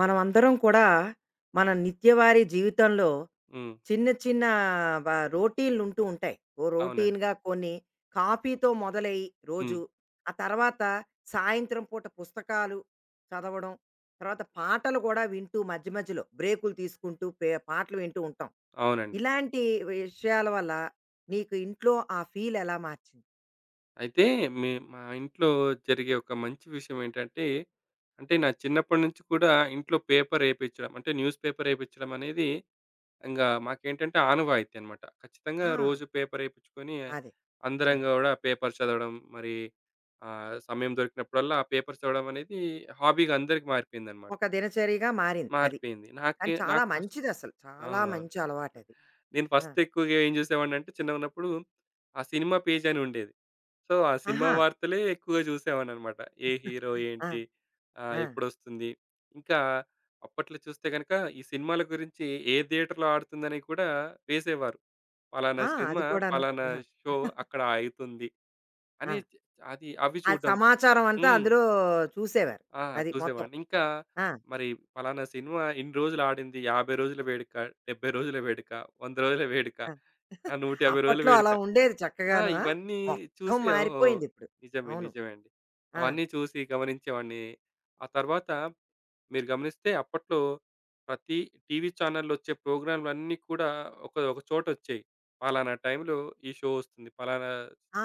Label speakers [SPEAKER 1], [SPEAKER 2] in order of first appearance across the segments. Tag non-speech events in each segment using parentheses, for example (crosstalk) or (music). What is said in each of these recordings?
[SPEAKER 1] మనమందరం కూడా మన నిత్యవారీ జీవితంలో
[SPEAKER 2] హ్మ్.
[SPEAKER 1] చిన్న చిన్న వ రోటీన్లు ఉంటూ ఉంటాయి. ఓ
[SPEAKER 2] అవునండి.
[SPEAKER 1] రోటీన్‌గా కొన్ని కాఫీతో మొదలయ్యి
[SPEAKER 2] హ్మ్.
[SPEAKER 1] రోజు, ఆ తర్వాత సాయంత్రం పూట పుస్తకాలు చదవడం, తర్వాత పాటలు కూడా వింటూ మధ్య మధ్యలో బ్రేకులు తీసుకుంటూ పాటలు వింటూ ఉంటాం.
[SPEAKER 2] అవునండి.
[SPEAKER 1] ఇలాంటి విషయాల వల్ల నీకు ఇంట్లో ఆ ఫీల్ ఎలా మార్చింది?
[SPEAKER 2] అయితే మా ఇంట్లో జరిగే ఒక మంచి విషయం ఏంటంటే, అంటే నా చిన్నప్పటి నుంచి కూడా ఇంట్లో పేపర్ ఏపించడం అంటే న్యూస్ పేపర్ ఏపించడం అనేది ఇంగా మాకేంటంటే ఆనవాయితీ అన్నమాట. ఖచ్చితంగా
[SPEAKER 1] ఆ!
[SPEAKER 2] రోజు పేపర్ ఏపించుకొని
[SPEAKER 1] అదే.
[SPEAKER 2] అందరం
[SPEAKER 1] ఆహా!
[SPEAKER 2] గూడా పేపర్ చదవడం మరి సమయం దొరికినప్పుడల్లా ఆ పేపర్ చదవడం అనేది హాబీగా అందరికి మారిపోయిందన్నమాట.
[SPEAKER 1] ఒక దినచర్యగా మారింది అది.
[SPEAKER 2] మారిపోయింది.
[SPEAKER 1] కానీ చాలా
[SPEAKER 2] నాకు ఫస్ట్
[SPEAKER 1] మంచిదసలు. చాలా
[SPEAKER 2] అవునవును.
[SPEAKER 1] మంచి అలవాటది.
[SPEAKER 2] నేను
[SPEAKER 1] ఆ!
[SPEAKER 2] ఫస్ట్ ఎక్కువగా ఏం జూసేవాడినంటే చిన్నగున్నప్పుడు ఆ సినిమా పేజ్ అని ఉండేది. సో, ఆ సినిమా
[SPEAKER 1] ఆహా!
[SPEAKER 2] వార్తలే ఎక్కువగా జూసేవాడిననమాట. ఏ హీరో
[SPEAKER 1] ఆ!
[SPEAKER 2] ఏంటి?
[SPEAKER 1] ఆ!
[SPEAKER 2] ఎప్పుడొస్తుంది? ఇంకా అప్పట్లో చూస్తే గనక ఈ సినిమాల గురించి ఏ థియేటర్‌లో ఆడుతుందని కూడా వేసేవారు. పలానా
[SPEAKER 1] ఆ! అది
[SPEAKER 2] సినిమా,
[SPEAKER 1] కూడాను.
[SPEAKER 2] పలానా
[SPEAKER 1] ఆహా!
[SPEAKER 2] షో అక్కడ ఆగుతుంది
[SPEAKER 1] ఆ!
[SPEAKER 2] అని అవి
[SPEAKER 1] ఆ
[SPEAKER 2] చూడడం.
[SPEAKER 1] సమాచారం అంతా
[SPEAKER 2] హ్మ్.
[SPEAKER 1] అందులో చూసేవారు.
[SPEAKER 2] ఆ!
[SPEAKER 1] అది మొత్తం.
[SPEAKER 2] చూసేవాడిని. ఇంకా
[SPEAKER 1] ఆ!
[SPEAKER 2] మరి పలానా సినిమా ఇన్ని రోజులు ఆడింది. 50 రోజుల వేడుక, 70 రోజుల వేడుక, 100 రోజుల వేడుక,
[SPEAKER 1] ఆ!
[SPEAKER 2] ఆ! 150 రోజుల
[SPEAKER 1] అప్పట్లో
[SPEAKER 2] వేడుక.
[SPEAKER 1] అలా ఉండేది
[SPEAKER 2] ఆ!
[SPEAKER 1] చక్కగాను. ఆ!
[SPEAKER 2] ఇవన్నీ
[SPEAKER 1] మొత్తం
[SPEAKER 2] చూసి ఓహో!
[SPEAKER 1] మారిపోయిందిప్పుడు.
[SPEAKER 2] నిజమే.
[SPEAKER 1] అవును.
[SPEAKER 2] నిజమే అండి.
[SPEAKER 1] ఆ!
[SPEAKER 2] అవన్నీ చూసి గమనించేవాడిని. ఆ తర్వాత మీరు గమనిస్తే అప్పట్లో ప్రతి టీవీ ఛానెల్‌లో వచ్చే ప్రోగ్రామ్‌లన్నీ కూడా ఒక ఒక చోటొచ్చేయి. పలానా టైంలో ఈ షో వస్తుంది. పలానా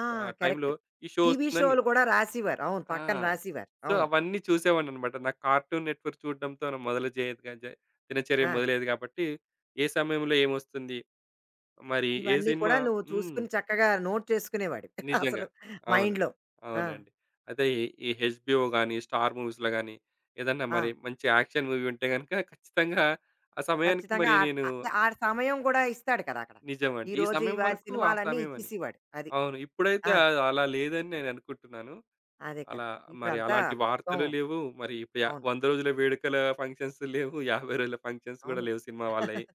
[SPEAKER 1] ఆ!
[SPEAKER 2] టైంలో
[SPEAKER 1] కరెక్ట్.
[SPEAKER 2] ఈ షో
[SPEAKER 1] టీవీ
[SPEAKER 2] వస్తుందని.
[SPEAKER 1] షోలు కూడా రాసేవారు. అవును.
[SPEAKER 2] ఆ!
[SPEAKER 1] పక్కన రాసేవారు.
[SPEAKER 2] సో,
[SPEAKER 1] అవును.
[SPEAKER 2] అవన్నీ చూసేవాడిననమాట. నాకు కార్టూన్ నెట్‌వర్క్ చూడడంతో నా మొదలు చేయదు గా జ దినచర్య
[SPEAKER 1] ఆ!
[SPEAKER 2] మొదలయ్యేది గాబట్టి, ఏ సమయంలో ఏమొస్తుంది, మరి ఏ
[SPEAKER 1] ఇవన్నీ
[SPEAKER 2] సినిమా
[SPEAKER 1] కూడా నువ్వు
[SPEAKER 2] హ్మ్.
[SPEAKER 1] చూసుకొని చక్కగా నోట్ చేసుకునేవాడివి (laughs)
[SPEAKER 2] నిజంగా.
[SPEAKER 1] అసలు
[SPEAKER 2] అవును.
[SPEAKER 1] మైండ్‌లో. ఆ!
[SPEAKER 2] అవునండి. అదే ఈ హెచ్‌బీఓ గాని, స్టార్ మూవీస్‌లో గాని, ఏదన్నా
[SPEAKER 1] ఆ!
[SPEAKER 2] మరి మంచి యాక్షన్ మూవీ ఉంటే గనక ఖచ్చితంగా ఆ సమయానికి
[SPEAKER 1] ఖచ్చితంగా
[SPEAKER 2] మరి
[SPEAKER 1] ఆ
[SPEAKER 2] నేను
[SPEAKER 1] అంటే ఆ సమయం గూడా ఇస్తాడు కదా! అక్కడ.
[SPEAKER 2] నిజమండి. ఈ
[SPEAKER 1] ఈరోజు ఈ
[SPEAKER 2] సమయం
[SPEAKER 1] వారి
[SPEAKER 2] వరకు ఆ
[SPEAKER 1] సినిమాలన్నీ
[SPEAKER 2] సమయం అని.
[SPEAKER 1] ఇచ్చేసేవాడు. అది.
[SPEAKER 2] అవును. ఇప్పుడైతే
[SPEAKER 1] ఆ!
[SPEAKER 2] అలా లేదని నేననుకుంటున్నాను.
[SPEAKER 1] అదే కదా!
[SPEAKER 2] అలా మరి
[SPEAKER 1] ఇప్పుడంతా
[SPEAKER 2] అలాంటి
[SPEAKER 1] మొత్తం
[SPEAKER 2] వార్తలు లేవు. మరి ఇప్పుడు
[SPEAKER 1] అవును.
[SPEAKER 2] 100 రోజుల వేడుకల ఫంక్షన్స్ లేవు. 50 రోజుల ఫంక్షన్స్ కూడా
[SPEAKER 1] అవును.
[SPEAKER 2] లేవు సినిమా వాళ్ళయి.
[SPEAKER 1] (laughs)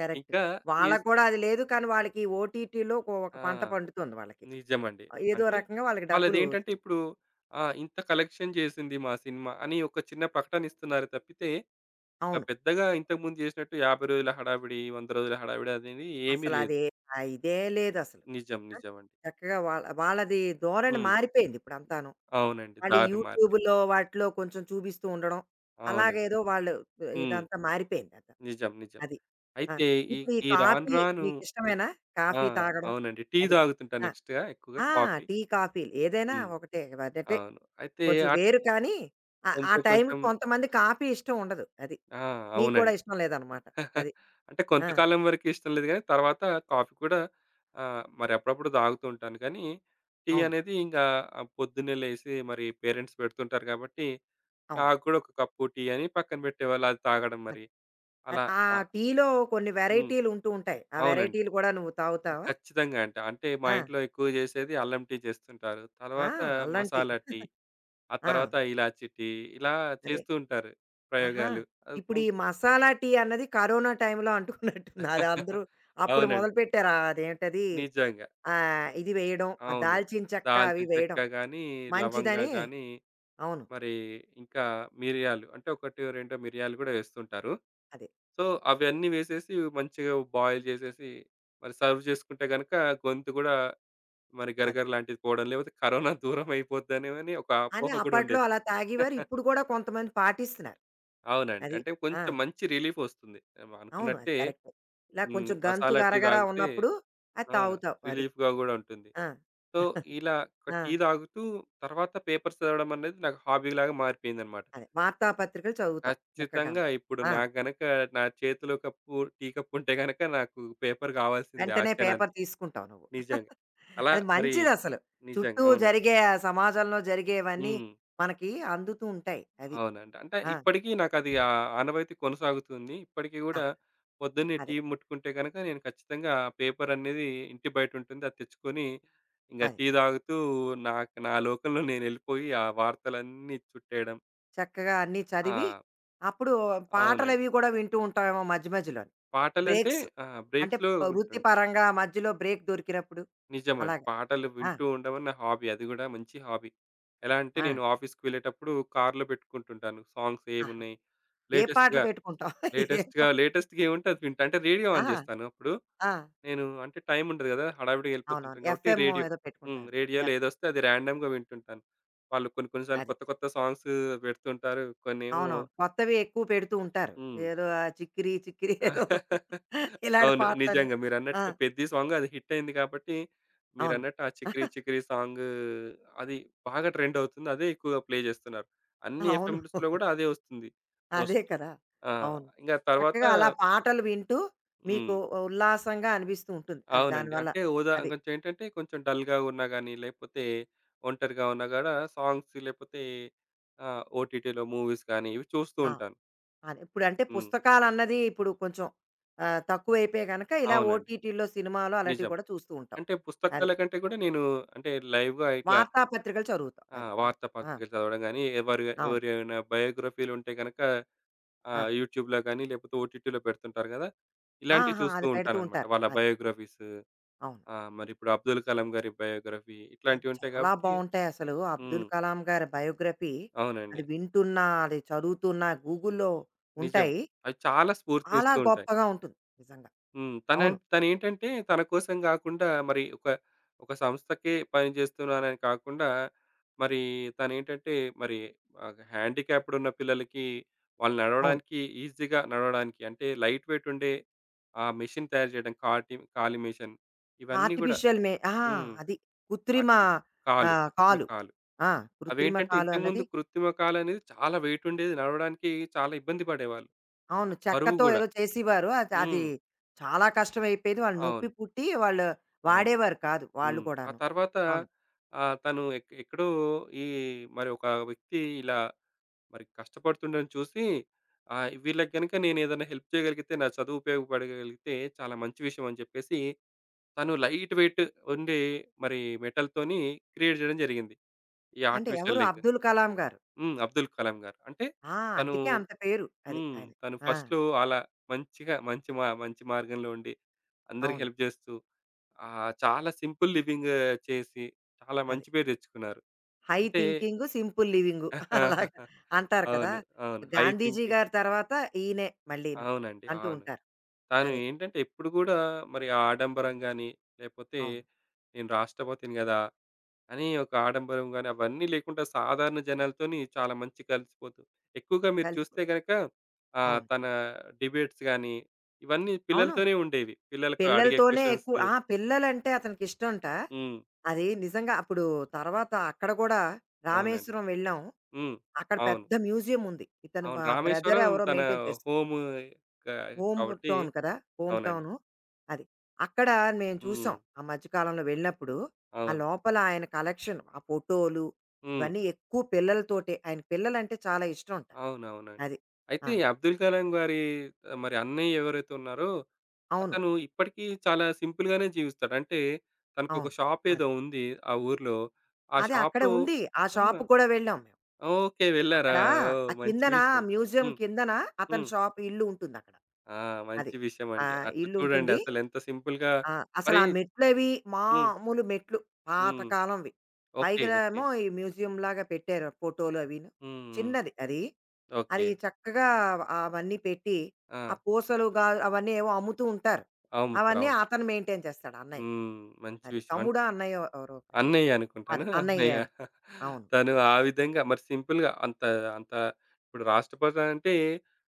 [SPEAKER 1] కరెక్ట్.
[SPEAKER 2] ఇంకా ఈస్
[SPEAKER 1] వాళ్ళకి కూడా అది లేదు. కానీ వాళ్ళకి ఓటీటీలో ఒక
[SPEAKER 2] ఆ!
[SPEAKER 1] పంట పండుతోంది వాళ్ళకి.
[SPEAKER 2] నిజమండి.
[SPEAKER 1] ఏదో
[SPEAKER 2] అంటే
[SPEAKER 1] రకంగా వాళ్ళకి డబ్బులు
[SPEAKER 2] వాళ్ళదేంటంటే ఇప్పుడు ఆ! ఇంత కలెక్షన్ చేసింది మా సినిమా అని ఒక చిన్న ప్రకటన ఇస్తున్నారు తప్పితే
[SPEAKER 1] అవును.
[SPEAKER 2] పెద్దగా ఇంతకుముందు చేసినట్టు 50 రోజుల హడావిడి, 100 రోజుల హడావిడి అనేది ఏమీ లేదు.
[SPEAKER 1] అసలదే ఆ ఇదే లేదసలు.
[SPEAKER 2] నిజం.
[SPEAKER 1] ఆ!
[SPEAKER 2] నిజమండి.
[SPEAKER 1] చక్కగా వాళ్ళది ధోరణి
[SPEAKER 2] హ్మ్.
[SPEAKER 1] మారిపోయింది ఇప్పుడంతాను.
[SPEAKER 2] అవునండి.
[SPEAKER 1] మళ్ళీ
[SPEAKER 2] దారి మారిపోయి
[SPEAKER 1] యూట్యూబ్‌లో వాటిలో కొంచెం చూపిస్తూ ఉండడం.
[SPEAKER 2] అవునండి.
[SPEAKER 1] అలాగేదో వాళ్ళు
[SPEAKER 2] హ్మ్.
[SPEAKER 1] ఇదంతా మారిపోయిందట.
[SPEAKER 2] నిజం. నిజం.
[SPEAKER 1] అది. ఆ!
[SPEAKER 2] అయితే ఈ
[SPEAKER 1] ఇప్పుడు ఈ
[SPEAKER 2] ఈ రాను
[SPEAKER 1] కాఫీ
[SPEAKER 2] రాను ఈ
[SPEAKER 1] నీకిష్టమేనా?
[SPEAKER 2] ఆ!
[SPEAKER 1] కాఫీ తాగడం
[SPEAKER 2] అవునండి. టీ
[SPEAKER 1] అది.
[SPEAKER 2] తాగుతుంటా
[SPEAKER 1] ఆ!
[SPEAKER 2] నెక్స్ట్‌గా ఎక్కువగా
[SPEAKER 1] ఆ!
[SPEAKER 2] కాఫీ.
[SPEAKER 1] టీ, కాఫీలు ఏదైనా
[SPEAKER 2] హ్మ్.
[SPEAKER 1] ఒకటే అదటే
[SPEAKER 2] అవును. అయితే
[SPEAKER 1] కొంచెం
[SPEAKER 2] అట్
[SPEAKER 1] వేరు కానీ ఆ ఆ
[SPEAKER 2] కొంచెం కొంచెం
[SPEAKER 1] టైంకి కొంతమంది కాఫీ ఇష్టం ఉండదు. అది.
[SPEAKER 2] ఆ!
[SPEAKER 1] నీకు కూడా
[SPEAKER 2] అవునండి.
[SPEAKER 1] ఇష్టం లేదనమాట.
[SPEAKER 2] (laughs)
[SPEAKER 1] అది.
[SPEAKER 2] అంటే
[SPEAKER 1] ఆ!
[SPEAKER 2] కొంతకాలం వరకు ఇష్టం లేదు గానీ, తర్వాత కాఫీ కూడా మరి అప్పుడప్పుడు తాగుతూ ఉంటాను కానీ, టీ
[SPEAKER 1] అవును.
[SPEAKER 2] అనేది ఇంకా పొద్దున్నే లేసి మరి పేరెంట్స్ పెడుతుంటారు కాబట్టి,
[SPEAKER 1] అవును.
[SPEAKER 2] నాకు కూడా ఒక కప్పు టీ అని పక్కన పెట్టేవాళ్ళు. అది తాగడం
[SPEAKER 1] అది.
[SPEAKER 2] మరి.
[SPEAKER 1] అది
[SPEAKER 2] అలా
[SPEAKER 1] ఆ
[SPEAKER 2] ఆహ్,
[SPEAKER 1] టీలో కొన్ని
[SPEAKER 2] హ్మ్.
[SPEAKER 1] వెరైటీలుంటూ ఉంటాయి. ఆ
[SPEAKER 2] అవునండి.
[SPEAKER 1] వెరైటీలు కూడా నువ్వు తాగుతావా?
[SPEAKER 2] ఖచ్చితంగా అంట. అంటే మా
[SPEAKER 1] ఆ!
[SPEAKER 2] ఇంట్లో ఎక్కువ చేసేది అల్లం టీ చేస్తుంటారు.
[SPEAKER 1] ఆ!
[SPEAKER 2] తర్వాత
[SPEAKER 1] అల్లం టీ.
[SPEAKER 2] మసాలా టీ. ఆ
[SPEAKER 1] ఆ!
[SPEAKER 2] తర్వాత ఇలాచి టీ, ఇలా
[SPEAKER 1] అదే.
[SPEAKER 2] చేస్తూ ఉంటారు
[SPEAKER 1] ఆహా!
[SPEAKER 2] ప్రయోగాలు. అది
[SPEAKER 1] ఇప్పుడు
[SPEAKER 2] కొం
[SPEAKER 1] ఈ మసాలా టీ అన్నది కరోనా టైంలో అంటుకున్నట్టుంది. అది
[SPEAKER 2] (laughs)
[SPEAKER 1] అందరూ అప్పుడు
[SPEAKER 2] అవునండి.
[SPEAKER 1] మొదలుపెట్టారు. అదేంటది
[SPEAKER 2] నిజంగా.
[SPEAKER 1] ఇది వేయడం, ఆ
[SPEAKER 2] అవును.
[SPEAKER 1] దాల్చిన చెక్క అవి
[SPEAKER 2] దాల్చిన చెక్క
[SPEAKER 1] వేయడం
[SPEAKER 2] గాని, లవంగా
[SPEAKER 1] మంచిదని
[SPEAKER 2] గాని,
[SPEAKER 1] అవును.
[SPEAKER 2] మరి ఇంకా మిరియాలు అంటే ఒకటో, రెండో మిరియాలు గూడా వేస్తుంటారు.
[SPEAKER 1] అదే.
[SPEAKER 2] సో, అవన్నీ వేసేసి మంచిగా బాయిల్ చేసేసి, మరి సర్వ్ చేసుకుంటే గనక గొంతు గూడా మరి
[SPEAKER 1] అదే.
[SPEAKER 2] గరగర లాంటిది పోవడం, లేకపోతే కరోనా దూరం అయిపోద్దనేమని ఒక
[SPEAKER 1] అని
[SPEAKER 2] అపోహ గూడా
[SPEAKER 1] అప్పట్లో
[SPEAKER 2] ఉండేది.
[SPEAKER 1] అలా తాగేవారు.
[SPEAKER 2] (laughs)
[SPEAKER 1] ఇప్పుడు కూడా కొంతమంది పాటిస్తున్నారు.
[SPEAKER 2] అవునండి.
[SPEAKER 1] అది.
[SPEAKER 2] అంటే
[SPEAKER 1] ఆ!
[SPEAKER 2] కొంచెం మంచి రిలీఫ్ వస్తుంది. మనం
[SPEAKER 1] అవును. అది
[SPEAKER 2] అనుకున్నట్టే
[SPEAKER 1] కరెక్టే. ఇలా
[SPEAKER 2] హ్మ్.
[SPEAKER 1] కొంచెం గొంతు
[SPEAKER 2] మసాలా టీ
[SPEAKER 1] గరగర
[SPEAKER 2] తాగితే
[SPEAKER 1] ఉన్నప్పుడు అది
[SPEAKER 2] ఆ!
[SPEAKER 1] తాగుతావు. అది.
[SPEAKER 2] రిలీఫ్‌గా గూడా ఉంటుంది.
[SPEAKER 1] ఆ!
[SPEAKER 2] సో,
[SPEAKER 1] (laughs)
[SPEAKER 2] ఇలా ఒక
[SPEAKER 1] ఆ!
[SPEAKER 2] టీ తాగుతూ తర్వాత పేపర్స్ చదవడం అనేది నాకు హాబీలాగా మారిపోయిందనమాట.
[SPEAKER 1] అదే. వార్తా పత్రికలు చదువుతావు
[SPEAKER 2] ఖచ్చితంగా
[SPEAKER 1] చక్కగాను.
[SPEAKER 2] ఇప్పుడు
[SPEAKER 1] ఆ!
[SPEAKER 2] నాకు గనక నా చేతిలో కప్పు టీ కప్ ఉంటే గనక నాకు పేపర్ కావాల్సిందే ఆ
[SPEAKER 1] వెంటనే పేపర్
[SPEAKER 2] క్షణానికి.
[SPEAKER 1] తీసుకుంటావు నువ్వు.
[SPEAKER 2] నిజంగా.
[SPEAKER 1] (laughs)
[SPEAKER 2] అలా
[SPEAKER 1] అది
[SPEAKER 2] మరి
[SPEAKER 1] మంచిదసలు.
[SPEAKER 2] నిజంగా.
[SPEAKER 1] చుట్టూ
[SPEAKER 2] అవునండి.
[SPEAKER 1] జరిగే ఆ సమాజంలో జరిగేవన్నీ
[SPEAKER 2] హ్మ్.
[SPEAKER 1] మనకి అందుతూ ఉంటాయి అది.
[SPEAKER 2] అవునండి. అంటే
[SPEAKER 1] ఆ!
[SPEAKER 2] ఇప్పటికీ నాకది ఆ ఆనవాయితీ కొనసాగుతుంది. ఇప్పటికి
[SPEAKER 1] ఆ!
[SPEAKER 2] గూడా పొద్దున్నే టీ
[SPEAKER 1] అదే.
[SPEAKER 2] ముట్టుకుంటే గనక నేను ఖచ్చితంగా ఆ పేపర్ అనేది ఇంటి బయటుంటుంది. అది తెచ్చుకొని ఇంగ
[SPEAKER 1] అదే.
[SPEAKER 2] టీ తాగుతూ నాకు నా లోకంలో నేనెళ్ళిపోయి ఆ వార్తలన్నీ చుట్టేయడం.
[SPEAKER 1] చక్కగా అన్నీ చదివి,
[SPEAKER 2] ఆ!
[SPEAKER 1] అప్పుడు
[SPEAKER 2] అవునండి.
[SPEAKER 1] పాటలవి కూడా వింటూ ఉంటావేమో మధ్య మధ్యలోని.
[SPEAKER 2] పాటలంటే
[SPEAKER 1] బ్రేక్స్ అంటే
[SPEAKER 2] బ్రేక్స్‌లో వింటుంటా.
[SPEAKER 1] వృత్తిపరంగా మధ్యలో బ్రేక్ దొరికినప్పుడు
[SPEAKER 2] నిజమండి.
[SPEAKER 1] అలాగా.
[SPEAKER 2] పాటలు
[SPEAKER 1] ఆ!
[SPEAKER 2] వింటూ ఉండడం నా హాబీ. అది గూడా మంచి హాబీ. ఎలా అంటే
[SPEAKER 1] ఆ!
[SPEAKER 2] నేను ఆఫీస్‌కి వెళ్ళేటప్పుడు కార్‌లో పెట్టుకుంటుంటాను. సాంగ్స్
[SPEAKER 1] ఆహా!
[SPEAKER 2] ఏమున్నాయి
[SPEAKER 1] ఏ పాటలు
[SPEAKER 2] లేటెస్ట్‌గా
[SPEAKER 1] పెట్టుకుంటావు? (laughs) ఏ
[SPEAKER 2] లేటెస్ట్‌గా
[SPEAKER 1] పా
[SPEAKER 2] లేటెస్ట్ గేముంటే అది వింటా. అంటే రేడియో
[SPEAKER 1] ఆ!
[SPEAKER 2] ఆన్ జేస్తాను. అప్పుడు
[SPEAKER 1] ఆ!
[SPEAKER 2] నేను అంటే టైం ఉండదు గదా! హడావిడిగా
[SPEAKER 1] అవునవును.
[SPEAKER 2] ఎళ్ళిపోతుంటాను కాబట్టి
[SPEAKER 1] ఎఫ్ఎమ్మో
[SPEAKER 2] రేడియో
[SPEAKER 1] ఏదో
[SPEAKER 2] హ్మ్.
[SPEAKER 1] పెట్టుకుంటావేమో.
[SPEAKER 2] రేడియోలో
[SPEAKER 1] ఎఫ్
[SPEAKER 2] ఏదొస్తే అది ర్యాండమ్‌గా వింటుంటాను. వాళ్ళు కొన్ని కొన్ని సార్లు
[SPEAKER 1] అది.
[SPEAKER 2] కొత్త కొత్త సాంగ్స్ పెడుతుంటారు. కొన్నేమో
[SPEAKER 1] అవునవును. కొత్తవి ఎక్కువ పెడుతూ ఉంటారు.
[SPEAKER 2] హ్మ్.
[SPEAKER 1] ఏదో ఆ 'చిక్కిరి చిక్కిరి' ఏదో (laughs)
[SPEAKER 2] (laughs)
[SPEAKER 1] ఇలాంటి
[SPEAKER 2] అవును.
[SPEAKER 1] పాటలన్నీ.
[SPEAKER 2] నిజంగా
[SPEAKER 1] ఆ!
[SPEAKER 2] మీరన్నట్టు 'పెద్ది' సాంగ్ అది హిట్ అయింది కాబట్టి
[SPEAKER 1] అవును.
[SPEAKER 2] మీరన్నట్టు ఆ 'చికిరి
[SPEAKER 1] (laughs)
[SPEAKER 2] చికిరి' సాంగ్ అది బాగా ట్రెండ్ అవుతుంది. అదే ఎక్కువగా ప్లే జేస్తున్నారు. అన్ని
[SPEAKER 1] అవును.
[SPEAKER 2] ఎఫ్ఎంస్‌లో గూడా అదే వస్తుంది
[SPEAKER 1] అదే
[SPEAKER 2] మోస్ట్‌లీ.
[SPEAKER 1] కదా!
[SPEAKER 2] ఆ!
[SPEAKER 1] అవును.
[SPEAKER 2] ఇంగ తర్వాత
[SPEAKER 1] చక్కగా అలా పాటలు వింటూ మీకు
[SPEAKER 2] హ్మ్.
[SPEAKER 1] ఉల్లాసంగా అనిపిస్తూ ఉంటుంది. అది
[SPEAKER 2] అవునండి.
[SPEAKER 1] దానివల్ల.
[SPEAKER 2] అంటే ఉదా
[SPEAKER 1] అది.
[SPEAKER 2] కొంచెం ఏంటంటే కొంచెం డల్‌గా ఉన్నా గాని, లేకపోతే ఒంటరిగా ఉన్నా గూడా సాంగ్స్ లేకపోతే ఓటీటీలో మూవీస్ గాని ఇవి చూస్తూ
[SPEAKER 1] ఆ!
[SPEAKER 2] ఉంటాను.
[SPEAKER 1] అది. ఇప్పుడంటే
[SPEAKER 2] హ్మ్.
[SPEAKER 1] పుస్తకాలన్నది ఇప్పుడు కొంచెం తక్కువైపోయాయి గనక ఇలా
[SPEAKER 2] అవునండి.
[SPEAKER 1] ఓటీటీలో సినిమాలు అలాంటివి
[SPEAKER 2] నిజం.
[SPEAKER 1] కూడా చూస్తూ ఉంటాం.
[SPEAKER 2] అంటే
[SPEAKER 1] అది.
[SPEAKER 2] పుస్తకాల కంటే గూడా నేను అంటే లైవ్‌గా ఇట్లా
[SPEAKER 1] వార్తాపత్రికలు చదువుతాం. అది. వార్త ఆ!
[SPEAKER 2] వార్తాపత్రికలు చదవడం గాని, ఎవరి
[SPEAKER 1] అవును.
[SPEAKER 2] ఎవరైనా బయోగ్రఫీలుంటే గనక
[SPEAKER 1] ఆ!
[SPEAKER 2] యూట్యూబ్‌లో గాని, లేకపోతే ఓటీటీలో పెడుతుంటారు గదా! ఇలాంటివి
[SPEAKER 1] ఆహా!
[SPEAKER 2] చూస్తూ
[SPEAKER 1] అది పెడుతూ
[SPEAKER 2] ఉంటానన్నమాట.
[SPEAKER 1] ఉంటారు.
[SPEAKER 2] వాళ్ళ
[SPEAKER 1] అది.
[SPEAKER 2] బయోగ్రఫీస్
[SPEAKER 1] అవును.
[SPEAKER 2] మరిప్పుడు అబ్దుల్ కలాం గారి బయోగ్రఫీ
[SPEAKER 1] అది
[SPEAKER 2] ఇట్లాంటివి ఉంటాయి
[SPEAKER 1] చాలా
[SPEAKER 2] గాబట్టి
[SPEAKER 1] బావుంటాయి అసలు. 'అబ్దుల్
[SPEAKER 2] హ్మ్.
[SPEAKER 1] కలాం' గారి బయోగ్రఫీ
[SPEAKER 2] అవునండి.
[SPEAKER 1] అది వింటున్నా, అది చదువుతున్నా గూగుల్‌లో
[SPEAKER 2] నిజం.
[SPEAKER 1] ఉంటాయి.
[SPEAKER 2] అవి చాలా
[SPEAKER 1] చాలా
[SPEAKER 2] స్ఫూర్తినిస్తూ ఉంటాయి.
[SPEAKER 1] గొప్పగా ఉంటుంది నిజంగా.
[SPEAKER 2] హ్మ్.
[SPEAKER 1] అవును.
[SPEAKER 2] తనేంటంటే తన కోసం గాకుండా మరి ఒక ఒక సంస్థకే పని జేస్తున్నానని కాకుండా మరి తనేంటంటే మరి హ్యాండిక్యాప్డ్ ఉన్న పిల్లలకి వాళ్ళు
[SPEAKER 1] అవును.
[SPEAKER 2] నడవడానికి ఈజీగా నడవడానికి అంటే లైట్ వెయిట్ ఉండే ఆ మెషిన్ తయారు జేయడం కాటి కాలి మెషిన్ ఇవన్నీ గూడా
[SPEAKER 1] ఆర్టిఫిషియల్ మే ఆ!
[SPEAKER 2] హ్మ్.
[SPEAKER 1] అది కృత్రిమ
[SPEAKER 2] అటు కాలు కృత్రిమ
[SPEAKER 1] కాలు.
[SPEAKER 2] కాలు.
[SPEAKER 1] ఆ! కృత్రిమ
[SPEAKER 2] అవేంటంటే
[SPEAKER 1] కాలు అన్నది
[SPEAKER 2] ఇంతకుముందు కృత్రిమ కాలనేది చాలా వెయిట్ ఉండేది. నడవడానికి చాలా ఇబ్బంది పడేవాళ్ళు.
[SPEAKER 1] అవును.
[SPEAKER 2] బరువు
[SPEAKER 1] చెక్కతో
[SPEAKER 2] గూడా.
[SPEAKER 1] ఏదో చేసేవారు. అది అది
[SPEAKER 2] హ్మ్.
[SPEAKER 1] చాలా కష్టమైపోయేది. వాళ్ళు
[SPEAKER 2] అవును.
[SPEAKER 1] నొప్పి పుట్టి వాళ్ళు
[SPEAKER 2] అవును.
[SPEAKER 1] వాడేవారు కాదు వాళ్ళు
[SPEAKER 2] హ్మ్. ఆ
[SPEAKER 1] కూడాను.
[SPEAKER 2] తర్వాత
[SPEAKER 1] అవును.
[SPEAKER 2] తను ఎక్కడో ఈ మరి ఒక వ్యక్తి ఇలా మరి కష్టపడుతుండడం చూసి వీళ్ళకి గనుక నేనేదైనా హెల్ప్ చేయగలిగితే, నా చదువు ఉపయోగపడగలిగితే చాలా మంచి విషయం అని చెప్పేసి, తను లైట్ వెయిట్ ఉండే మరి మెటల్‌తోని క్రియేట్ జేయడం జరిగింది. ఈ
[SPEAKER 1] అంటే ఎవరు
[SPEAKER 2] ఆర్టిఫిషియల్ లెగ్.
[SPEAKER 1] 'అబ్దుల్ కలాం' గారు.
[SPEAKER 2] హ్మ్. అబ్దుల్ కలాం గారు. అంటే
[SPEAKER 1] ఆ!
[SPEAKER 2] తను
[SPEAKER 1] అందుకే అంత పేరు. అది.
[SPEAKER 2] హ్మ్.
[SPEAKER 1] అది.
[SPEAKER 2] తను
[SPEAKER 1] ఆ!
[SPEAKER 2] ఫస్ట్‌లో అలా మంచిగా మంచి మా మంచి మార్గంలో ఉండి, అందరికి
[SPEAKER 1] అవును.
[SPEAKER 2] హెల్ప్ చేస్తూ చాలా సింపుల్ లివింగ్ చేసి, చాలా
[SPEAKER 1] అది.
[SPEAKER 2] మంచి పేరు తెచ్చుకున్నారు.
[SPEAKER 1] హై
[SPEAKER 2] అంటే
[SPEAKER 1] థింకింగు, సింపుల్ లివింగు అలాగా
[SPEAKER 2] (laughs)
[SPEAKER 1] అంటారు కదా!
[SPEAKER 2] అవును. అవును. హై
[SPEAKER 1] గాంధీజీ
[SPEAKER 2] థింకింగ్
[SPEAKER 1] గారి తర్వాత ఈయనే మళ్ళీను
[SPEAKER 2] అవునండి.
[SPEAKER 1] అంటూ
[SPEAKER 2] అవును.
[SPEAKER 1] ఉంటారు.
[SPEAKER 2] తను
[SPEAKER 1] అదే.
[SPEAKER 2] ఏంటంటే ఎప్పుడు కూడా మరి ఆ ఆడంబరం గాని, లేపోతే
[SPEAKER 1] అవును.
[SPEAKER 2] నేను రాష్ట్రపతిని గదా! అని ఒక ఆడంబరం గాని అవన్నీ లేకుండా సాధారణ జనాలతోని చాలా మంచి కలిసిపోతూ ఎక్కువగా మీరు
[SPEAKER 1] కలిసిపో
[SPEAKER 2] చూస్తే గనక
[SPEAKER 1] అవును.
[SPEAKER 2] తన డిబేట్స్ గాని, ఇవన్నీ
[SPEAKER 1] అవును.
[SPEAKER 2] పిల్లలతోనే ఉండేవి. పిల్లలకు అడిగే
[SPEAKER 1] పిల్లలతోనే
[SPEAKER 2] క్వెషన్స్
[SPEAKER 1] ఎక్కువ ఆ! పిల్లలంటే అతనికిష్టంట.
[SPEAKER 2] హ్మ్.
[SPEAKER 1] అది నిజంగా అప్పుడు తర్వాత అక్కడ కూడా
[SPEAKER 2] అవునండి.
[SPEAKER 1] రామేశ్వరం వెళ్ళాం.
[SPEAKER 2] హ్మ్.
[SPEAKER 1] అక్కడ
[SPEAKER 2] అవును.
[SPEAKER 1] పెద్ద మ్యూజియం ఉంది. ఇతను
[SPEAKER 2] అవును.
[SPEAKER 1] మా బ్రదర్
[SPEAKER 2] రామేశ్వరం
[SPEAKER 1] ఎవరో
[SPEAKER 2] తన
[SPEAKER 1] మెయింటైన్ చేస్తారు.
[SPEAKER 2] హోము కా
[SPEAKER 1] హోమ్
[SPEAKER 2] కాబట్టి
[SPEAKER 1] టౌన్ కదా! హోమ్
[SPEAKER 2] అవునండి.
[SPEAKER 1] టౌను. అది. అక్కడ మేము
[SPEAKER 2] హ్మ్.
[SPEAKER 1] చూసాం. ఆ మధ్య కాలంలో వెళ్ళినప్పుడు, ఆ
[SPEAKER 2] అవును.
[SPEAKER 1] లోపల ఆయన కలెక్షన్, ఆ ఫోటోలు
[SPEAKER 2] హ్మ్.
[SPEAKER 1] ఇవన్నీ ఎక్కువ పిల్లలతోటే. ఆయన పిల్లలంటే చాలా ఇష్టమంట.
[SPEAKER 2] అవునవునండి.
[SPEAKER 1] అది.
[SPEAKER 2] అయితే
[SPEAKER 1] ఆ!
[SPEAKER 2] ఈ అబ్దుల్ కలాం గారి ఆ, మరి అన్నయ్య ఎవరైతే ఉన్నారో
[SPEAKER 1] అవును.
[SPEAKER 2] అతను ఇప్పటికీ చాలా సింపుల్‌గానే జీవిస్తాడు. అంటే తనకొక
[SPEAKER 1] అవును.
[SPEAKER 2] షాపేదో
[SPEAKER 1] అది.
[SPEAKER 2] ఉంది ఆ ఊర్లో. ఆ
[SPEAKER 1] అది అక్కడే
[SPEAKER 2] షాప్‌లో
[SPEAKER 1] ఉంది. ఆ
[SPEAKER 2] ఆ!
[SPEAKER 1] షాపుకి కూడా వెళ్ళాం మేము.
[SPEAKER 2] ఓకే. వెళ్లారా?
[SPEAKER 1] అక్కడ
[SPEAKER 2] ఓహ్!
[SPEAKER 1] ఆ
[SPEAKER 2] మంచి
[SPEAKER 1] కిందన
[SPEAKER 2] విషయం.
[SPEAKER 1] మ్యూజియం
[SPEAKER 2] హ్మ్.
[SPEAKER 1] కిందన అతని
[SPEAKER 2] హ్మ్.
[SPEAKER 1] షాప్ ఇల్లు ఉంటుందక్కడ.
[SPEAKER 2] ఆ!
[SPEAKER 1] అది.
[SPEAKER 2] మంచి విషయం
[SPEAKER 1] ఆ!
[SPEAKER 2] అండి. అట్లా చూడండి
[SPEAKER 1] ఇల్లుంటుంది.
[SPEAKER 2] అసలెంత సింపుల్‌గా
[SPEAKER 1] ఆ! అసలు
[SPEAKER 2] మరి
[SPEAKER 1] ఆ మెట్లవి
[SPEAKER 2] హ్మ్.
[SPEAKER 1] మామూలు మెట్లు
[SPEAKER 2] హ్మ్.
[SPEAKER 1] పాతకాలంవి.
[SPEAKER 2] ఓకే. ఓకే.
[SPEAKER 1] పైగేమో ఈ మ్యూజియంలాగా పెట్టారు ఫోటోలు అవిను.
[SPEAKER 2] హ్మ్. హ్మ్.
[SPEAKER 1] చిన్నది అది.
[SPEAKER 2] ఓకే.
[SPEAKER 1] అది చక్కగా అవన్నీ పెట్టి,
[SPEAKER 2] ఆ!
[SPEAKER 1] ఆ పూసలు గా అవన్నీ ఏవో అమ్ముతూ ఉంటారు.
[SPEAKER 2] అమ్ముతారు.
[SPEAKER 1] అవన్నీ
[SPEAKER 2] అవును.
[SPEAKER 1] అతను మెయింటైన్ చేస్తాడు అన్నయ్య.
[SPEAKER 2] హ్మ్. మంచి
[SPEAKER 1] అది
[SPEAKER 2] విషయం.
[SPEAKER 1] తమ్ముడా? అన్నయ్యో ఎవరో కానీ.
[SPEAKER 2] అన్నయ్య అనుకుంటాను.
[SPEAKER 1] అదే అన్నయ్యే
[SPEAKER 2] అన్నయ్య.
[SPEAKER 1] అను. అవును.
[SPEAKER 2] తను ఆ విధంగా మరి సింపుల్‌గా అంత అంత ఇప్పుడు రాష్ట్రపతి అంటే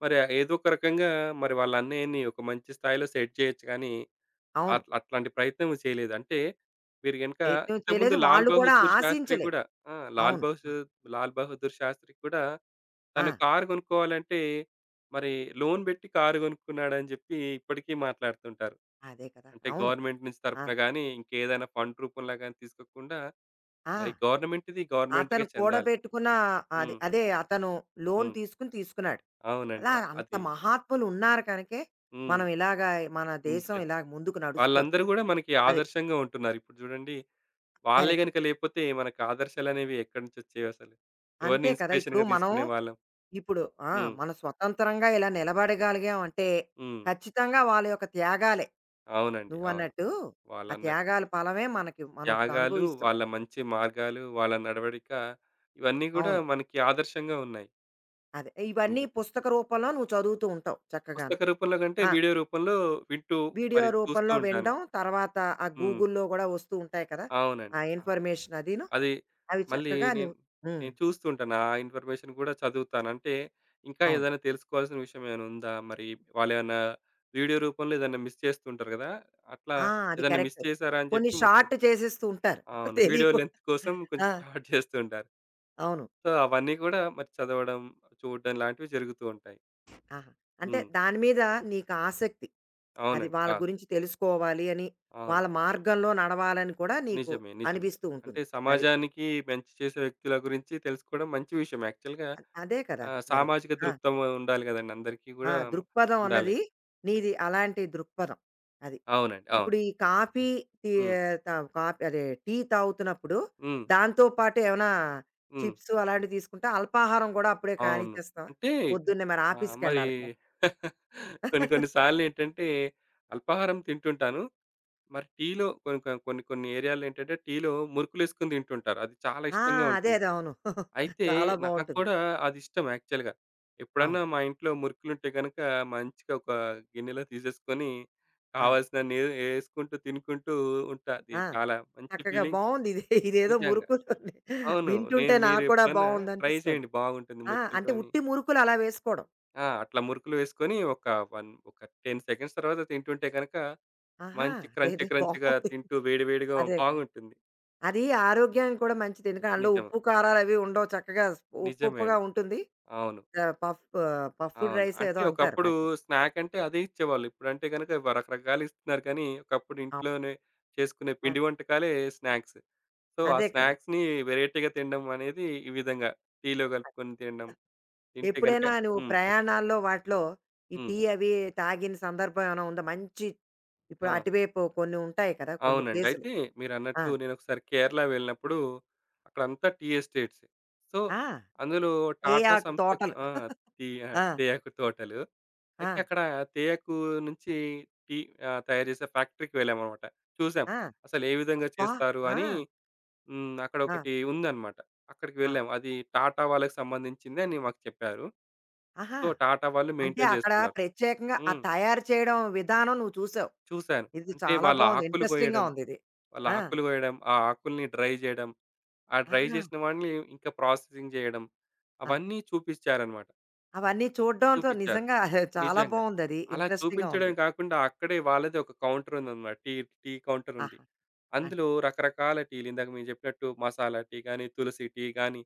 [SPEAKER 2] మరి ఏదో ఒక రకంగా మరి వాళ్ళ అన్నయ్యని ఒక మంచి స్థాయిలో సెట్ చేయొచ్చు కానీ
[SPEAKER 1] అవును.
[SPEAKER 2] అట్లాంటి ప్రయత్నం చేయలేదు. అంటే మీరు గనుక
[SPEAKER 1] ప్రయత్నం
[SPEAKER 2] ఇంతకుముందు
[SPEAKER 1] చేయలేదు.
[SPEAKER 2] 'లాల్
[SPEAKER 1] వాళ్ళు కూడా
[SPEAKER 2] బహదూర్ శాస్త్రి'
[SPEAKER 1] ఆశించలేదు.
[SPEAKER 2] గూడా ఆ!
[SPEAKER 1] అవును. ఆ!
[SPEAKER 2] 'లాల్ బహదూర్ శాస్త్రి' కూడా
[SPEAKER 1] ఆ!
[SPEAKER 2] తను కారు కొనుక్కోవాలంటే మరి లోన్ బెట్టి కారు కొనుక్కున్నాడని జెప్పి ఇప్పటికీ మాట్లాడుతుంటారు.
[SPEAKER 1] అదే కదా!
[SPEAKER 2] అంటే
[SPEAKER 1] అవును.
[SPEAKER 2] గవర్నమెంట్ నుంచి
[SPEAKER 1] ఆ!
[SPEAKER 2] తరపున గాని ఇంకేదైనా ఫండ్ రూపంలో గాని తీసుకోకుండా మరి
[SPEAKER 1] ఆ!
[SPEAKER 2] గవర్నమెంట్‌ది
[SPEAKER 1] అతను
[SPEAKER 2] గవర్నమెంట్‌కే చెందాలి.
[SPEAKER 1] కూడబెట్టుకున్న అది
[SPEAKER 2] హ్మ్.
[SPEAKER 1] అదే అతను లోన్
[SPEAKER 2] హ్మ్.
[SPEAKER 1] తీసుకున్నాడు.
[SPEAKER 2] అవునండి.
[SPEAKER 1] అలా అంత
[SPEAKER 2] అది.
[SPEAKER 1] మహాత్ములు ఉన్నారు కనుకే,
[SPEAKER 2] హ్మ్.
[SPEAKER 1] మనం ఇలాగ మన దేశం
[SPEAKER 2] నిజం.
[SPEAKER 1] ఇలాగ ముందుకు నడుస్తోంది.
[SPEAKER 2] వాళ్ళందరూ గూడా మనకి
[SPEAKER 1] అది.
[SPEAKER 2] ఆదర్శంగా ఉంటున్నారు. ఇప్పుడు జూడండి, వాళ్ళే
[SPEAKER 1] కరెక్ట్.
[SPEAKER 2] గనుక లేపోతే మనకు ఆదర్శాలనేవి ఎక్కడి నుంచొచ్చేవసలు? ఎవరిని
[SPEAKER 1] అంతే కదా! ఇప్పుడు
[SPEAKER 2] ఇన్‌స్పిరేషన్‌గా
[SPEAKER 1] మనం
[SPEAKER 2] తీసుకునేవాళ్ళం?
[SPEAKER 1] ఇప్పుడు ఆ!
[SPEAKER 2] హ్మ్.
[SPEAKER 1] మనం స్వతంత్రంగా ఇలా నిలబడగలిగాం అంటే,
[SPEAKER 2] హ్మ్.
[SPEAKER 1] ఖచ్చితంగా వాళ్ళ యొక్క త్యాగాలే.
[SPEAKER 2] అవునండి. అవును.
[SPEAKER 1] నువ్వన్నట్టు ఆ
[SPEAKER 2] వాళ్ళన్న
[SPEAKER 1] త్యాగాల ఫలమే మనకి మనం ఇప్పుడు
[SPEAKER 2] త్యాగాలు,
[SPEAKER 1] అనుభవిస్తున్నాం.
[SPEAKER 2] వాళ్ళ మంచి మార్గాలు, వాళ్ళ నడవడిక ఇవన్నీ గూడా
[SPEAKER 1] అవును.
[SPEAKER 2] మనకి ఆదర్శంగా ఉన్నాయి.
[SPEAKER 1] అదే. ఇవన్నీ
[SPEAKER 2] నిజం.
[SPEAKER 1] పుస్తక రూపంలో నువ్వు చదువుతూ ఉంటావు చక్కగాను.
[SPEAKER 2] పుస్తక రూపంలో కంటే
[SPEAKER 1] ఆ!
[SPEAKER 2] వీడియో రూపంలో వింటూ
[SPEAKER 1] వీడియో
[SPEAKER 2] మరి చూస్తూ
[SPEAKER 1] రూపంలో
[SPEAKER 2] ఉంటాను.
[SPEAKER 1] వినడం, తర్వాత ఆ
[SPEAKER 2] హ్మ్.
[SPEAKER 1] గూగుల్‌లో గూడా వస్తూ ఉంటాయి కదా!
[SPEAKER 2] అవునండి.
[SPEAKER 1] ఆ
[SPEAKER 2] అవును.
[SPEAKER 1] ఇన్ఫర్మేషన్ అదీను.
[SPEAKER 2] అది
[SPEAKER 1] అవి
[SPEAKER 2] మళ్ళీ
[SPEAKER 1] చక్కగా
[SPEAKER 2] నేను
[SPEAKER 1] నువ్వు హ్మ్.
[SPEAKER 2] నేను చూస్తుంటాను. ఆ ఇన్ఫర్మేషన్ కూడా చదువుతాను. అంటే ఇంకా
[SPEAKER 1] అవును.
[SPEAKER 2] ఏదైనా తెలుసుకోవాల్సిన విషయం ఏమైనా ఉందా? మరి వాళ్ళేమన్నా వీడియో రూపంలో ఏదైనా మిస్ చేస్తుంటారు కదా! అట్లా
[SPEAKER 1] ఆ! అది
[SPEAKER 2] ఏదైనా మిస్
[SPEAKER 1] కరెక్ట్.
[SPEAKER 2] చేశారా అని
[SPEAKER 1] కొన్ని
[SPEAKER 2] చెప్పి మొత్తం
[SPEAKER 1] షార్ట్ చేసేస్తూ ఉంటారు. (laughs)
[SPEAKER 2] అవును. వీడియో
[SPEAKER 1] తెలియకుండా.
[SPEAKER 2] లెంత్ కోసం
[SPEAKER 1] ఆ!
[SPEAKER 2] కొంచెం షార్ట్ చేస్తుంటారు.
[SPEAKER 1] అవును.
[SPEAKER 2] సో, అవన్నీ కూడా మరి చదవడం, చూడడం లాంటివి జరుగుతూ ఉంటాయి.
[SPEAKER 1] ఆహా! అంటే
[SPEAKER 2] హ్మ్.
[SPEAKER 1] దాని మీద నీకు ఆసక్తి. అది
[SPEAKER 2] అవునండి.
[SPEAKER 1] వాళ్ళ
[SPEAKER 2] ఆ!
[SPEAKER 1] గురించి తెలుసుకోవాలి అని,
[SPEAKER 2] అవును.
[SPEAKER 1] వాళ్ళ మార్గంలో నడవాలని కూడా నీకు
[SPEAKER 2] నిజమే. నిజమే.
[SPEAKER 1] అనిపిస్తూ
[SPEAKER 2] అంటే
[SPEAKER 1] ఉంటుంది. అది.
[SPEAKER 2] సమాజానికి మంచి చేసే వ్యక్తుల గురించి తెలుసుకోవడం మంచి విషయం యాక్చువల్‌గా
[SPEAKER 1] అదే కదా!
[SPEAKER 2] ఆ!
[SPEAKER 1] మరి.
[SPEAKER 2] సామాజిక
[SPEAKER 1] ఆ!
[SPEAKER 2] దృక్పథం ఉండాలి గదండీ! అందరికీ
[SPEAKER 1] ఆ!
[SPEAKER 2] గూడా
[SPEAKER 1] దృక్పథం
[SPEAKER 2] ఉండాలి.
[SPEAKER 1] అన్నది నీది అలాంటి దృక్పథం. అది.
[SPEAKER 2] అవునండి. అవును.
[SPEAKER 1] ఇప్పుడు ఈ కాఫీ టీ
[SPEAKER 2] హ్మ్.
[SPEAKER 1] తావ్ కాఫీ అదే టీ తాగుతున్నప్పుడు,
[SPEAKER 2] హ్మ్.
[SPEAKER 1] దాంతో పాటు ఏమైనా
[SPEAKER 2] హ్మ్.
[SPEAKER 1] చిప్స్ అలాంటివి తీసుకుంటా? అల్పాహారం గూడా అప్పుడే
[SPEAKER 2] అవును.
[SPEAKER 1] కానిచ్చేస్తావా?
[SPEAKER 2] అంటే
[SPEAKER 1] పొద్దున్నే మరి
[SPEAKER 2] మరి
[SPEAKER 1] ఆఫీస్‌కెళ్ళాలి కదా!
[SPEAKER 2] (laughs) కొన్ని కొన్ని సార్లేంటంటే అల్పాహారం తింటుంటాను. మరి టీలో కొన్ని కొన్ని ఏరియాలో ఏంటంటే టీలో మురుకులేసుకొని తింటుంటారు. అది చాలా
[SPEAKER 1] ఆ!
[SPEAKER 2] ఇష్టంగా
[SPEAKER 1] అదే.
[SPEAKER 2] ఉంటుంది.
[SPEAKER 1] అదే. అవును. (laughs)
[SPEAKER 2] అయితే
[SPEAKER 1] చాలా
[SPEAKER 2] నాకు
[SPEAKER 1] బావుంటుంది.
[SPEAKER 2] కూడా అది ఇష్టం యాక్చువల్‌గా. ఎప్పుడన్నా
[SPEAKER 1] అవును.
[SPEAKER 2] మా ఇంట్లో మురుకులుంటే గనక మంచిగా ఒక గిన్నెలో తీసేసుకొని
[SPEAKER 1] ఆ!
[SPEAKER 2] కావాల్సినన్ని ఏసుకుంటూ తినుకుంటూ ఉంటా. అది
[SPEAKER 1] ఆ!
[SPEAKER 2] చాలా మంచి
[SPEAKER 1] చక్కగా
[SPEAKER 2] ఫీలింగ్.
[SPEAKER 1] బావుంది. ఇది ఇదేదో
[SPEAKER 2] నిజంగా.
[SPEAKER 1] మురుకులు ఉన్నాయి.
[SPEAKER 2] అవును. నేను
[SPEAKER 1] వింటుంటే నాకు కూడా
[SPEAKER 2] మీరెప్పుడన్నా ట్రై
[SPEAKER 1] బావుందనిపిస్తుంది.
[SPEAKER 2] చేయండి బాగుంటుంది
[SPEAKER 1] ఆ! అంటే
[SPEAKER 2] మురుకులతోని.
[SPEAKER 1] ఉట్టి మురుకులు అలా వేసుకోవడం.
[SPEAKER 2] ఆ! అట్లా మురుకులు వేసుకొని ఒక 10 సెకండ్స్ తర్వాత తింటుంటే గనక
[SPEAKER 1] ఆహా!
[SPEAKER 2] మంచి క్రంచీ
[SPEAKER 1] అదేదో
[SPEAKER 2] క్రంచీగా
[SPEAKER 1] బావుంది.
[SPEAKER 2] తింటూ వేడి వేడిగా
[SPEAKER 1] అదే కదా!
[SPEAKER 2] బాగుంటుంది.
[SPEAKER 1] అది ఆరోగ్యానికి కూడా మంచిది. ఎందుకంటే అందులో
[SPEAKER 2] నిజం.
[SPEAKER 1] ఉప్పు, కారాలవి ఉండవు. చక్కగా స్ ఉప్పు
[SPEAKER 2] నిజమే
[SPEAKER 1] ఉప్పుగా
[SPEAKER 2] అండి.
[SPEAKER 1] ఉంటుంది.
[SPEAKER 2] అవును.
[SPEAKER 1] పఫ్ పఫ్డ్
[SPEAKER 2] అవును.
[SPEAKER 1] రైస్
[SPEAKER 2] అంటే
[SPEAKER 1] ఏదో అంటారు
[SPEAKER 2] ఒకప్పుడు
[SPEAKER 1] వాటిని.
[SPEAKER 2] స్నాక్ అంటే అదే ఇచ్చేవాళ్ళు. ఇప్పుడంటే గనక రకరకాలు ఇస్తున్నారు కానీ ఒకప్పుడు
[SPEAKER 1] అవును.
[SPEAKER 2] ఇంట్లోనే చేసుకునే
[SPEAKER 1] ఆ!
[SPEAKER 2] పిండి వంటకాలే స్నాక్స్. సో, ఆ
[SPEAKER 1] అదే కదా!
[SPEAKER 2] స్నాక్స్‌ని వెరైటీగా తినడం అనేది ఈ విధంగా టీలో కలుపుకొని తినడం. తింటే గనక
[SPEAKER 1] ఎప్పుడైనా నువ్వు
[SPEAKER 2] హ్మ్.
[SPEAKER 1] ప్రయాణాల్లో వాటిలో ఈ
[SPEAKER 2] హ్మ్.
[SPEAKER 1] టీ అవి తాగిన సందర్భం ఏమైనా ఉందా? మంచి ఇప్పుడు
[SPEAKER 2] ఆ!
[SPEAKER 1] అటువైపు కొన్ని ఉంటాయి కదా! కొన్ని
[SPEAKER 2] అవునండి.
[SPEAKER 1] ప్లేసులు.
[SPEAKER 2] అయితే
[SPEAKER 1] ఆ!
[SPEAKER 2] మీరన్నట్టు నేనొకసారి కేరళ వెళ్ళినప్పుడు అక్కడంతా టీ ఎస్టేట్స్. సో,
[SPEAKER 1] ఆ!
[SPEAKER 2] అందులో టాటా
[SPEAKER 1] తేయాకు
[SPEAKER 2] సంస్థ
[SPEAKER 1] తోటలు.
[SPEAKER 2] ఆ! టీ
[SPEAKER 1] ఆ!
[SPEAKER 2] తేయాకు తోటలు.
[SPEAKER 1] ఆ!
[SPEAKER 2] అయితే అక్కడ తేయాకు నుంచి టీ తయారు చేసే ఫ్యాక్టరీకి వెళ్ళామనమాట. చూసాం.
[SPEAKER 1] ఆ!
[SPEAKER 2] అసలు ఏ విధంగా
[SPEAKER 1] అబ్బా!
[SPEAKER 2] చేస్తారు
[SPEAKER 1] ఆ!
[SPEAKER 2] అని హ్మ్.
[SPEAKER 1] ఆ!
[SPEAKER 2] అక్కడొకటి ఉందనమాట. అక్కడికి
[SPEAKER 1] ఆ!
[SPEAKER 2] వెళ్ళాం. అది టాటా వాళ్ళకి సంబంధించింది అని మాకు చెప్పారు.
[SPEAKER 1] ఆహా!
[SPEAKER 2] సో, టాటా వాళ్ళు
[SPEAKER 1] అంటే
[SPEAKER 2] మెయింటైన్
[SPEAKER 1] అక్కడ
[SPEAKER 2] చేస్తున్నారు.
[SPEAKER 1] ప్రత్యేకంగా ఆ
[SPEAKER 2] హ్మ్.
[SPEAKER 1] తయారు చేయడం విధానం నువ్వు చూసావు.
[SPEAKER 2] చూసాను.
[SPEAKER 1] ఇది
[SPEAKER 2] అంటే
[SPEAKER 1] చాలా
[SPEAKER 2] వాళ్ళ
[SPEAKER 1] బాగుంది.
[SPEAKER 2] ఆకులు
[SPEAKER 1] ఇంట్రెస్టింగ్‌గా
[SPEAKER 2] కోయడం,
[SPEAKER 1] ఉందిది.
[SPEAKER 2] వాళ్ళ
[SPEAKER 1] ఆ!
[SPEAKER 2] ఆకులు కోయడం, ఆ ఆకుల్ని డ్రై చేయడం, ఆ డ్రై
[SPEAKER 1] ఆహా!
[SPEAKER 2] చేసిన వాడిని ఇంకా ప్రాసెసింగ్ చేయడం,
[SPEAKER 1] ఆ!
[SPEAKER 2] అవన్నీ చూపిచ్చారన్నమాట.
[SPEAKER 1] అవన్నీ చూడడంతో
[SPEAKER 2] చూపిచ్చారు.
[SPEAKER 1] నిజంగా (laughs) చాలా
[SPEAKER 2] నిజంగా.
[SPEAKER 1] బావుందది.
[SPEAKER 2] అలా
[SPEAKER 1] ఇంట్రెస్టింగ్‌గా
[SPEAKER 2] చూపించడం
[SPEAKER 1] ఉంది.
[SPEAKER 2] కాకుండా అక్కడే వాళ్ళదే ఒక కౌంటర్ ఉందన్నమాట. టీ టీ కౌంటర్ ఉంది.
[SPEAKER 1] ఆహా! అంటే
[SPEAKER 2] అందులో రకరకాల టీలు ఇందాక మేము చెప్పినట్టు మసాలా టీ గాని, తులసి టీ గాని,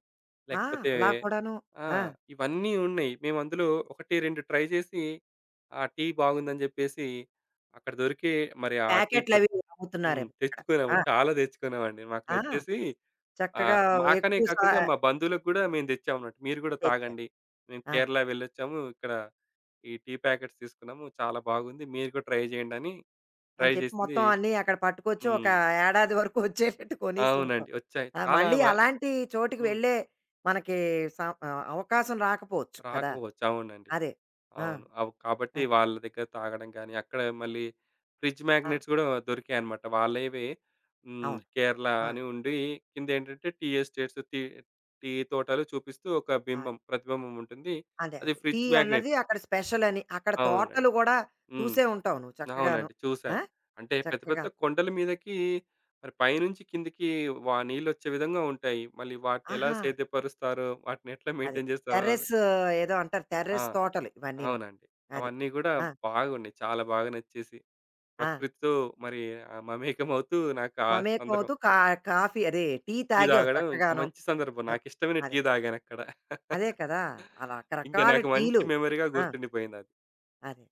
[SPEAKER 1] ఆ!
[SPEAKER 2] లేకపోతే
[SPEAKER 1] అలా కూడాను.
[SPEAKER 2] ఆ!
[SPEAKER 1] ఆ!
[SPEAKER 2] ఇవన్నీ ఉన్నాయి. మేము అందులో 1, 2 ట్రై చేసి ఆ టీ బాగుందని చెప్పేసి అక్కడ దొరికే మరి ఆ టీ పొడి
[SPEAKER 1] ప్యాకెట్లవి
[SPEAKER 2] హ్మ్.
[SPEAKER 1] అమ్ముతున్నారేమో అక్కడ.
[SPEAKER 2] తెచ్చుకున్నాము.
[SPEAKER 1] ఆ!
[SPEAKER 2] చాలా తెచ్చుకున్నామండి. మాకు
[SPEAKER 1] ఆ!
[SPEAKER 2] నచ్చేసి ఆ!
[SPEAKER 1] చక్కగా
[SPEAKER 2] మాకనే
[SPEAKER 1] ఎక్కువ సా
[SPEAKER 2] కాకుండా మా బంధువులకు గూడా మేము తెచ్చామన్నట్టు. మీరు గూడా
[SPEAKER 1] తెచ్చారు.
[SPEAKER 2] తాగండి. మేము
[SPEAKER 1] ఆ!
[SPEAKER 2] కేరళ వెళ్ళొచ్చాము. ఇక్కడ ఈ టీ ప్యాకెట్స్ తీసుకున్నాము. చాలా బాగుంది. మీరు కూడా ట్రై చేయండని
[SPEAKER 1] అని
[SPEAKER 2] ట్రై
[SPEAKER 1] చెప్పి
[SPEAKER 2] చేసింది
[SPEAKER 1] మొత్తం అన్నీ అక్కడ పట్టుకొచ్చి ఒక
[SPEAKER 2] హ్మ్.
[SPEAKER 1] ఏడాది వరకు వచ్చేటట్టు కొనేసుంటాం.
[SPEAKER 2] అవునండి. వచ్చాయి.
[SPEAKER 1] ఆ!
[SPEAKER 2] చాలా
[SPEAKER 1] మళ్ళీ
[SPEAKER 2] బా
[SPEAKER 1] అలాంటి చోటికి
[SPEAKER 2] హ్మ్.
[SPEAKER 1] వెళ్ళే మనకి స అవకాశం రాకపోవచ్చు కదా!
[SPEAKER 2] రాకపోవచ్చు. అవునండి.
[SPEAKER 1] అదే. ఆ!
[SPEAKER 2] అవును. అవ్
[SPEAKER 1] ఆ!
[SPEAKER 2] కాబట్టి వాళ్ళ దగ్గర తాగడం గానీ, అక్కడ మళ్ళీ ఫ్రిడ్జ్
[SPEAKER 1] ఆ!
[SPEAKER 2] మ్యాగ్నెట్స్ గూడా దొరికాయన్నమాట. వాళ్ళేవి హ్మ్.
[SPEAKER 1] అవును.
[SPEAKER 2] కేరళ
[SPEAKER 1] ఆ!
[SPEAKER 2] అని ఉండి కిందేంటంటే టీ ఎస్టేట్స్, టీ టీ తోటలు చూపిస్తూ ఒక
[SPEAKER 1] ఆ!
[SPEAKER 2] బింబం, ప్రతిబింబం ఉంటుంది.
[SPEAKER 1] అదే.
[SPEAKER 2] అది
[SPEAKER 1] అదే. టీ
[SPEAKER 2] ఫ్రిడ్జ్
[SPEAKER 1] అన్నది
[SPEAKER 2] మ్యాగ్నెట్.
[SPEAKER 1] అక్కడ స్పెషలని. అక్కడ
[SPEAKER 2] అవునండి.
[SPEAKER 1] తోటలు గూడా
[SPEAKER 2] హ్మ్.
[SPEAKER 1] చూసే ఉంటావు నువ్వు చక్కగాను.
[SPEAKER 2] అవునండి.
[SPEAKER 1] ఆ!
[SPEAKER 2] చూసాను. అంటే పెద్ద పెద్ద
[SPEAKER 1] చక్కగా
[SPEAKER 2] కొండల మీదకి మరి పైనుంచి కిందకి నీళ్ళొచ్చే విధంగా ఉంటాయి. మళ్ళీ వాటిని ఎలా
[SPEAKER 1] ఆహా!
[SPEAKER 2] సేద్యపరుస్తారో, వాటిని ఎట్లా
[SPEAKER 1] అదే.
[SPEAKER 2] మెయింటైన్ చేస్తారో అని
[SPEAKER 1] టెర్రస్ ఏదో అంటారు.
[SPEAKER 2] ఆ!
[SPEAKER 1] టెర్రస్ తోటలు ఇవన్నీను.
[SPEAKER 2] అవునండి.
[SPEAKER 1] అది.
[SPEAKER 2] అవన్నీ గూడా
[SPEAKER 1] ఆ!
[SPEAKER 2] బాగున్నాయి. చాలా బాగా నచ్చేసి
[SPEAKER 1] ఆ!
[SPEAKER 2] ప్రకృతితో మరి మమేకమవుతూ నాకు ఆ
[SPEAKER 1] మమేకం
[SPEAKER 2] సందర్భం
[SPEAKER 1] అవుతూ కా కాఫీ అదే టీ
[SPEAKER 2] టీ
[SPEAKER 1] తాగావు
[SPEAKER 2] తాగడం ఇంకా
[SPEAKER 1] చక్కగాను.
[SPEAKER 2] మంచి సందర్భం.
[SPEAKER 1] ఆ,
[SPEAKER 2] నాకిష్టమైన
[SPEAKER 1] అదే.
[SPEAKER 2] టీ తాగానక్కడ.
[SPEAKER 1] అదే
[SPEAKER 2] (laughs)
[SPEAKER 1] కదా! ఆ
[SPEAKER 2] ఇంకా
[SPEAKER 1] రకరకాల
[SPEAKER 2] నాకు
[SPEAKER 1] టీలు.
[SPEAKER 2] మంచి మెమరీగా
[SPEAKER 1] ఆ!
[SPEAKER 2] గుర్తుండిపోయిందది.
[SPEAKER 1] అదే.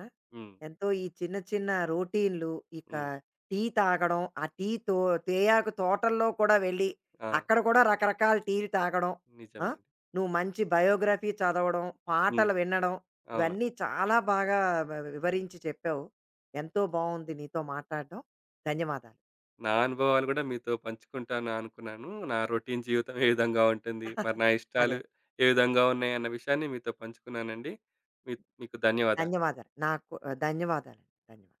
[SPEAKER 1] ఆ!
[SPEAKER 2] హ్మ్.
[SPEAKER 1] ఎంతో ఈ చిన్న చిన్న రొటీన్‌లు, ఇక
[SPEAKER 2] హ్మ్.
[SPEAKER 1] టీ తాగడం, ఆ టీ తో తేయాకు తోటల్లో కూడా వెళ్ళి,
[SPEAKER 2] ఆ!
[SPEAKER 1] అక్కడ కూడా రకరకాల టీలు తాగడం. ఆ!
[SPEAKER 2] నిజమే.
[SPEAKER 1] నువ్వు మంచి బయోగ్రఫీ చదవడం,
[SPEAKER 2] హ్మ్.
[SPEAKER 1] పాటలు వినడం,
[SPEAKER 2] అవును.
[SPEAKER 1] ఇవన్నీ చాలా బాగా వివరించి చెప్పావు. ఎంతో బావుంది నీతో మాట్లాడడం. ధన్యవాదాలు.
[SPEAKER 2] నా అనుభవాలు గూడా మీతో పంచుకుంటాను అనుకున్నాను. నా రొటీన్ జీవితం ఏ విధంగా ఉంటుంది? మరి నా ఇష్టాలు
[SPEAKER 1] అదే.
[SPEAKER 2] ఏ విధంగా ఉన్నాయి? అన్న విషయాన్ని మీతో పంచుకున్నానండి. మీ మీకు ధన్యవాదాలు.
[SPEAKER 1] ధన్యవాదాలు. నాకు ధన్యవాదాలండి. ధన్యవాదాలు.